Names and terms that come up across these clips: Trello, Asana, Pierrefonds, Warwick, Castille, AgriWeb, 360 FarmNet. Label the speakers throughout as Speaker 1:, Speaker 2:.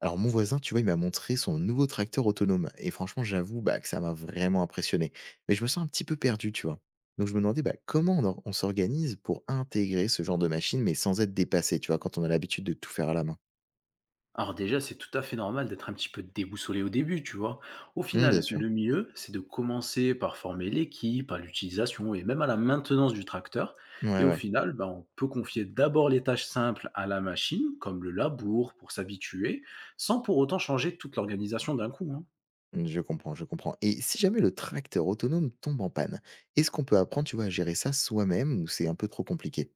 Speaker 1: Alors mon voisin, tu vois, il m'a montré son nouveau tracteur autonome. Et franchement, j'avoue que ça m'a vraiment impressionné. Mais je me sens un petit peu perdu, tu vois. Donc je me demandais comment on s'organise pour intégrer ce genre de machine, mais sans être dépassé, tu vois, quand on a l'habitude de tout faire à la main.
Speaker 2: Alors déjà, c'est tout à fait normal d'être un petit peu déboussolé au début, tu vois. Au
Speaker 1: Hmm, bien
Speaker 2: final,
Speaker 1: sûr.
Speaker 2: le mieux, c'est de commencer par former l'équipe, à l'utilisation et même à la maintenance du tracteur. Et
Speaker 1: Ouais,
Speaker 2: au
Speaker 1: ouais.
Speaker 2: final, ben, on peut confier d'abord les tâches simples à la machine, comme le labour, pour s'habituer, sans pour autant changer toute l'organisation d'un coup, hein.
Speaker 1: Hmm, je comprends, je comprends. Et si jamais le tracteur autonome tombe en panne, est-ce qu'on peut apprendre, tu vois, à gérer ça soi-même ou c'est un peu trop compliqué?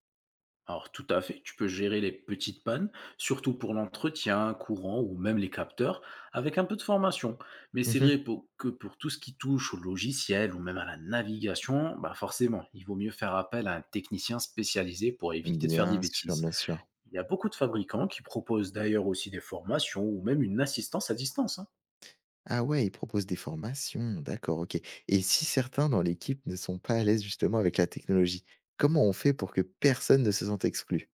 Speaker 2: Alors tout à fait, tu peux gérer les petites pannes, surtout pour l'entretien, courant ou même les capteurs, avec un peu de formation. Mais c'est
Speaker 1: Mhm.
Speaker 2: vrai que pour tout ce qui touche au logiciel ou même à la navigation, bah forcément, il vaut mieux faire appel à un technicien spécialisé pour éviter de faire des
Speaker 1: Bien sûr,
Speaker 2: bêtises.
Speaker 1: bien sûr.
Speaker 2: Il y a beaucoup de fabricants qui proposent d'ailleurs aussi des formations ou même une assistance à distance, hein.
Speaker 1: Ah ouais, ils proposent des formations, d'accord, OK. Et si certains dans l'équipe ne sont pas à l'aise justement avec la technologie, comment on fait pour que personne ne se sente exclu?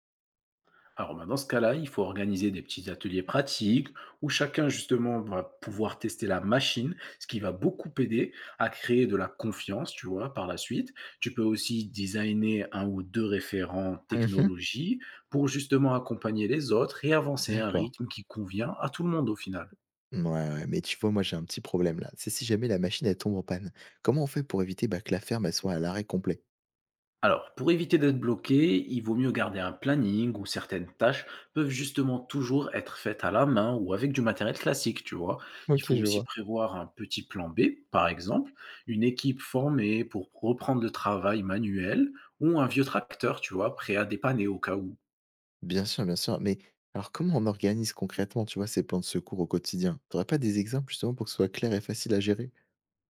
Speaker 2: Alors, bah, dans ce cas-là, il faut organiser des petits ateliers pratiques où chacun, justement, va pouvoir tester la machine, ce qui va beaucoup aider à créer de la confiance, tu vois, par la suite. Tu peux aussi designer un ou deux référents
Speaker 1: Mhm.
Speaker 2: technologie pour justement accompagner les autres et avancer à un
Speaker 1: D'accord.
Speaker 2: rythme qui convient à tout le monde au final.
Speaker 1: Ouais, ouais, mais tu vois, moi j'ai un petit problème là. C'est si jamais la machine elle tombe en panne. Comment on fait pour éviter que la ferme elle soit à l'arrêt complet?
Speaker 2: Alors, pour éviter d'être bloqué, il vaut mieux garder un planning où certaines tâches peuvent justement toujours être faites à la main ou avec du matériel classique, tu vois. Il
Speaker 1: Ok,
Speaker 2: faut
Speaker 1: je
Speaker 2: aussi
Speaker 1: vois.
Speaker 2: prévoir un petit plan B, par exemple, une équipe formée pour reprendre le travail manuel ou un vieux tracteur, tu vois, prêt à dépanner au cas où.
Speaker 1: Bien sûr, bien sûr. Mais alors comment on organise concrètement, tu vois, ces plans de secours au quotidien? T'aurais pas des exemples justement pour que ce soit clair et facile à gérer?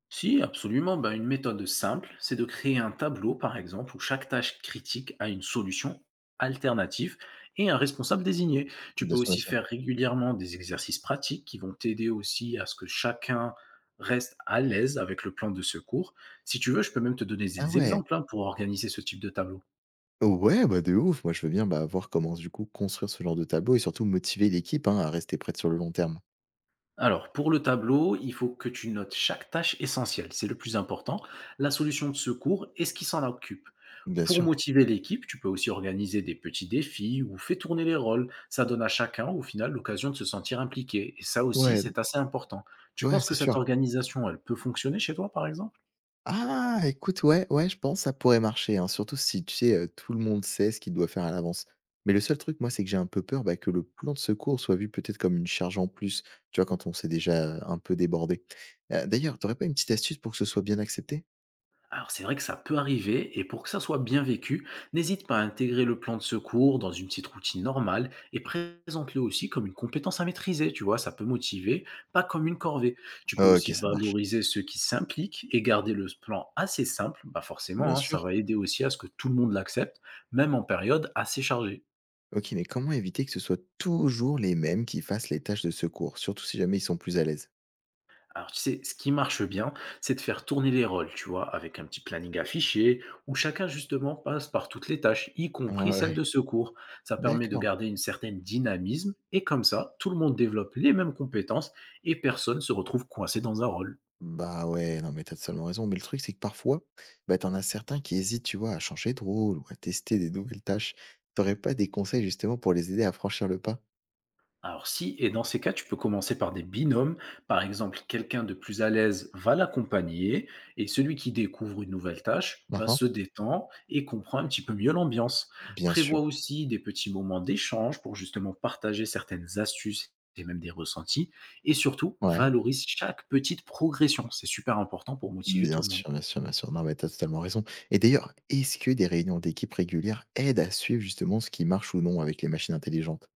Speaker 2: Si, absolument. Ben, une méthode simple, c'est de créer un tableau, par exemple, où chaque tâche critique a une solution alternative et un responsable désigné. Tu peux
Speaker 1: Bien sûr, bien
Speaker 2: aussi
Speaker 1: sûr.
Speaker 2: faire régulièrement des exercices pratiques qui vont t'aider aussi à ce que chacun reste à l'aise avec le plan de secours. Si tu veux, je peux même te donner
Speaker 1: Ah
Speaker 2: des
Speaker 1: ouais.
Speaker 2: exemples, hein, pour organiser ce type de tableau.
Speaker 1: Ouais, de ouf. Moi, je veux bien, voir comment, du coup, construire ce genre de tableau et surtout motiver l'équipe, hein, à rester prête sur le long terme.
Speaker 2: Alors, pour le tableau, il faut que tu notes chaque tâche essentielle, c'est le plus important, la solution de secours et ce qui s'en occupe.
Speaker 1: Bien
Speaker 2: Pour
Speaker 1: sûr.
Speaker 2: motiver l'équipe, tu peux aussi organiser des petits défis ou fais tourner les rôles. Ça donne à chacun, au final, l'occasion de se sentir impliqué. Et ça aussi,
Speaker 1: Ouais,
Speaker 2: c'est assez important. Tu
Speaker 1: ouais,
Speaker 2: penses que
Speaker 1: c'est
Speaker 2: cette
Speaker 1: sûr.
Speaker 2: organisation, elle peut fonctionner chez toi, par exemple?
Speaker 1: Ah! Écoute, ouais, ouais, je pense que ça pourrait marcher, hein, surtout si, tu sais, tout le monde sait ce qu'il doit faire à l'avance. Mais le seul truc, moi, c'est que j'ai un peu peur, que le plan de secours soit vu peut-être comme une charge en plus, tu vois, quand on s'est déjà, un peu débordé. D'ailleurs, t'aurais pas une petite astuce pour que ce soit bien accepté?
Speaker 2: Alors c'est vrai que ça peut arriver et pour que ça soit bien vécu, n'hésite pas à intégrer le plan de secours dans une petite routine normale et présente-le aussi comme une compétence à maîtriser, tu vois, ça peut motiver, pas comme une corvée. Tu peux aussi
Speaker 1: OK, ça marche.
Speaker 2: valoriser ceux qui s'impliquent et garder le plan assez simple, bah
Speaker 1: Bien
Speaker 2: forcément, hein,
Speaker 1: sûr.
Speaker 2: ça va aider aussi à ce que tout le monde l'accepte, même en période assez chargée.
Speaker 1: OK, mais comment éviter que ce soit toujours les mêmes qui fassent les tâches de secours? Surtout si jamais ils sont plus à l'aise?
Speaker 2: Alors, tu sais, ce qui marche bien, c'est de faire tourner les rôles, tu vois, avec un petit planning affiché, où chacun, justement, passe par toutes les tâches, y
Speaker 1: Ouais,
Speaker 2: compris
Speaker 1: ouais,
Speaker 2: celles
Speaker 1: ouais.
Speaker 2: de secours. Ça permet de
Speaker 1: D'accord.
Speaker 2: garder une certaine dynamisme, et comme ça, tout le monde développe les mêmes compétences, et personne se retrouve coincé dans un rôle.
Speaker 1: Bah, ouais, non, mais t'as totalement raison, mais le truc, c'est que parfois, t'en as certains qui hésitent, tu vois, à changer de rôle ou à tester des nouvelles tâches. Tu pas des conseils justement pour les aider à franchir le pas?
Speaker 2: Alors si, et dans ces cas, tu peux commencer par des binômes. Par exemple, quelqu'un de plus à l'aise va l'accompagner et celui qui découvre une nouvelle tâche, bah,
Speaker 1: Mmh.
Speaker 2: se détend et comprend un petit peu mieux l'ambiance.
Speaker 1: Bien sûr,
Speaker 2: Prévois aussi des petits moments d'échange pour justement partager certaines astuces et même des ressentis. Et surtout,
Speaker 1: ouais.
Speaker 2: valorise chaque petite progression. C'est super important pour motiver tout
Speaker 1: Bien
Speaker 2: le monde.
Speaker 1: sûr, bien sûr, bien sûr. Non, mais t'as totalement raison et d'ailleurs, est-ce que des réunions d'équipe régulières aident à suivre justement ce qui marche ou non avec les machines intelligentes?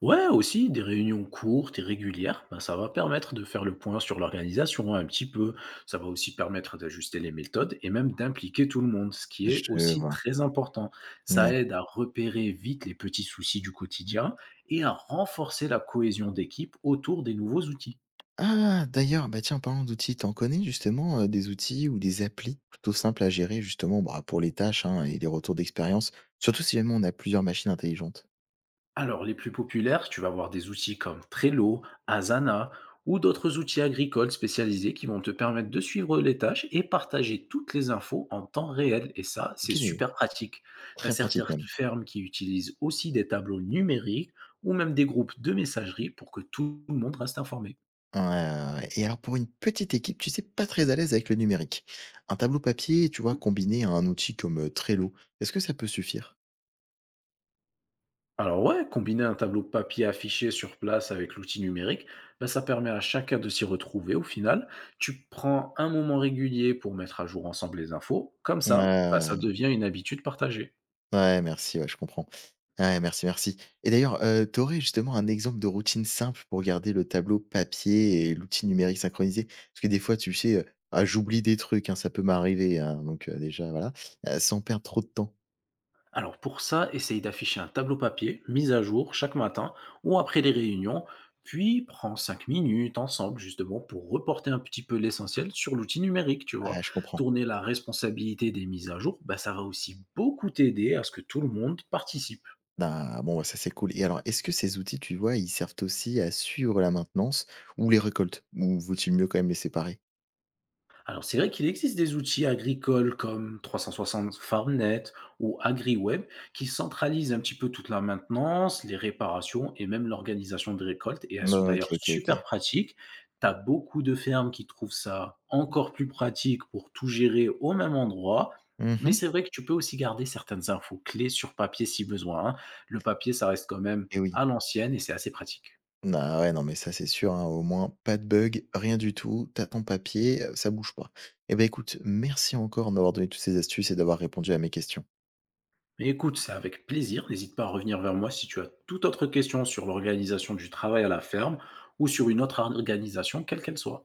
Speaker 2: Ouais, aussi des réunions courtes et régulières, ben, ça va permettre de faire le point sur l'organisation, hein, un petit peu. Ça va aussi permettre d'ajuster les méthodes et même d'impliquer tout le monde, ce qui est
Speaker 1: Je
Speaker 2: aussi
Speaker 1: vois.
Speaker 2: très important. Ça
Speaker 1: Ouais.
Speaker 2: aide à repérer vite les petits soucis du quotidien et à renforcer la cohésion d'équipe autour des nouveaux outils.
Speaker 1: Ah! D'ailleurs, tiens, en parlant d'outils, t'en connais justement, des outils ou des applis plutôt simples à gérer justement, pour les tâches, hein, et les retours d'expérience? Surtout si jamais on a plusieurs machines intelligentes.
Speaker 2: Alors, les plus populaires, tu vas avoir des outils comme Trello, Asana ou d'autres outils agricoles spécialisés qui vont te permettre de suivre les tâches et partager toutes les infos en temps réel. Et ça, c'est
Speaker 1: OK, des
Speaker 2: super pratique. Tu as
Speaker 1: très
Speaker 2: certaines
Speaker 1: pratique même.
Speaker 2: fermes qui utilisent aussi des tableaux numériques ou même des groupes de messagerie pour que tout le monde reste informé.
Speaker 1: Ouais, ouais, ouais, et alors pour une petite équipe, tu sais, pas très à l'aise avec le numérique, un tableau papier, tu vois, combiné à un outil comme, Trello, est-ce que ça peut suffire?
Speaker 2: Alors ouais, combiner un tableau papier affiché sur place avec l'outil numérique, bah, ça permet à chacun de s'y retrouver au final. Tu prends un moment régulier pour mettre à jour ensemble les infos, comme
Speaker 1: Ouais,
Speaker 2: ça, bah, ça
Speaker 1: ouais, ouais.
Speaker 2: devient une habitude partagée.
Speaker 1: Ouais, merci, ouais, je comprends. Ouais, merci, merci. Et d'ailleurs, tu aurais justement un exemple de routine simple pour garder le tableau papier et l'outil numérique synchronisé? Parce que des fois, tu sais, ah, j'oublie des trucs, hein, ça peut m'arriver, hein, donc déjà, voilà, sans perdre trop de temps.
Speaker 2: Alors pour ça, essaye d'afficher un tableau papier mis à jour chaque matin ou après les réunions, puis prends 5 minutes ensemble justement pour reporter un petit peu l'essentiel sur l'outil numérique, tu vois.
Speaker 1: Ah, je comprends.
Speaker 2: Tourner la responsabilité des mises à jour, bah, ça va aussi beaucoup t'aider à ce que tout le monde participe.
Speaker 1: Ben, bon, ça, c'est cool. Et alors, est-ce que ces outils, tu vois, ils servent aussi à suivre la maintenance ou les récoltes? Ou vaut-il mieux quand même les séparer?
Speaker 2: Alors, c'est vrai qu'il existe des outils agricoles comme 360 FarmNet ou AgriWeb qui centralisent un petit peu toute la maintenance, les réparations et même l'organisation des récoltes. Et elles sont
Speaker 1: OK,
Speaker 2: d'ailleurs
Speaker 1: OK,
Speaker 2: super
Speaker 1: OK.
Speaker 2: pratiques. Tu as beaucoup de fermes qui trouvent ça encore plus pratique pour tout gérer au même endroit. Mais
Speaker 1: Mmh.
Speaker 2: c'est vrai que tu peux aussi garder certaines infos clés sur papier si besoin, hein. Le papier, ça reste quand même
Speaker 1: Et oui.
Speaker 2: à l'ancienne et c'est assez pratique.
Speaker 1: Ah ouais, non, mais ça, c'est sûr, hein, au moins, pas de bug, rien du tout. T'as ton papier, ça bouge pas. Eh ben écoute, merci encore de m'avoir donné toutes ces astuces et d'avoir répondu à mes questions.
Speaker 2: Mais écoute, c'est avec plaisir. N'hésite pas à revenir vers moi si tu as toute autre question sur l'organisation du travail à la ferme ou sur une autre organisation, quelle qu'elle soit.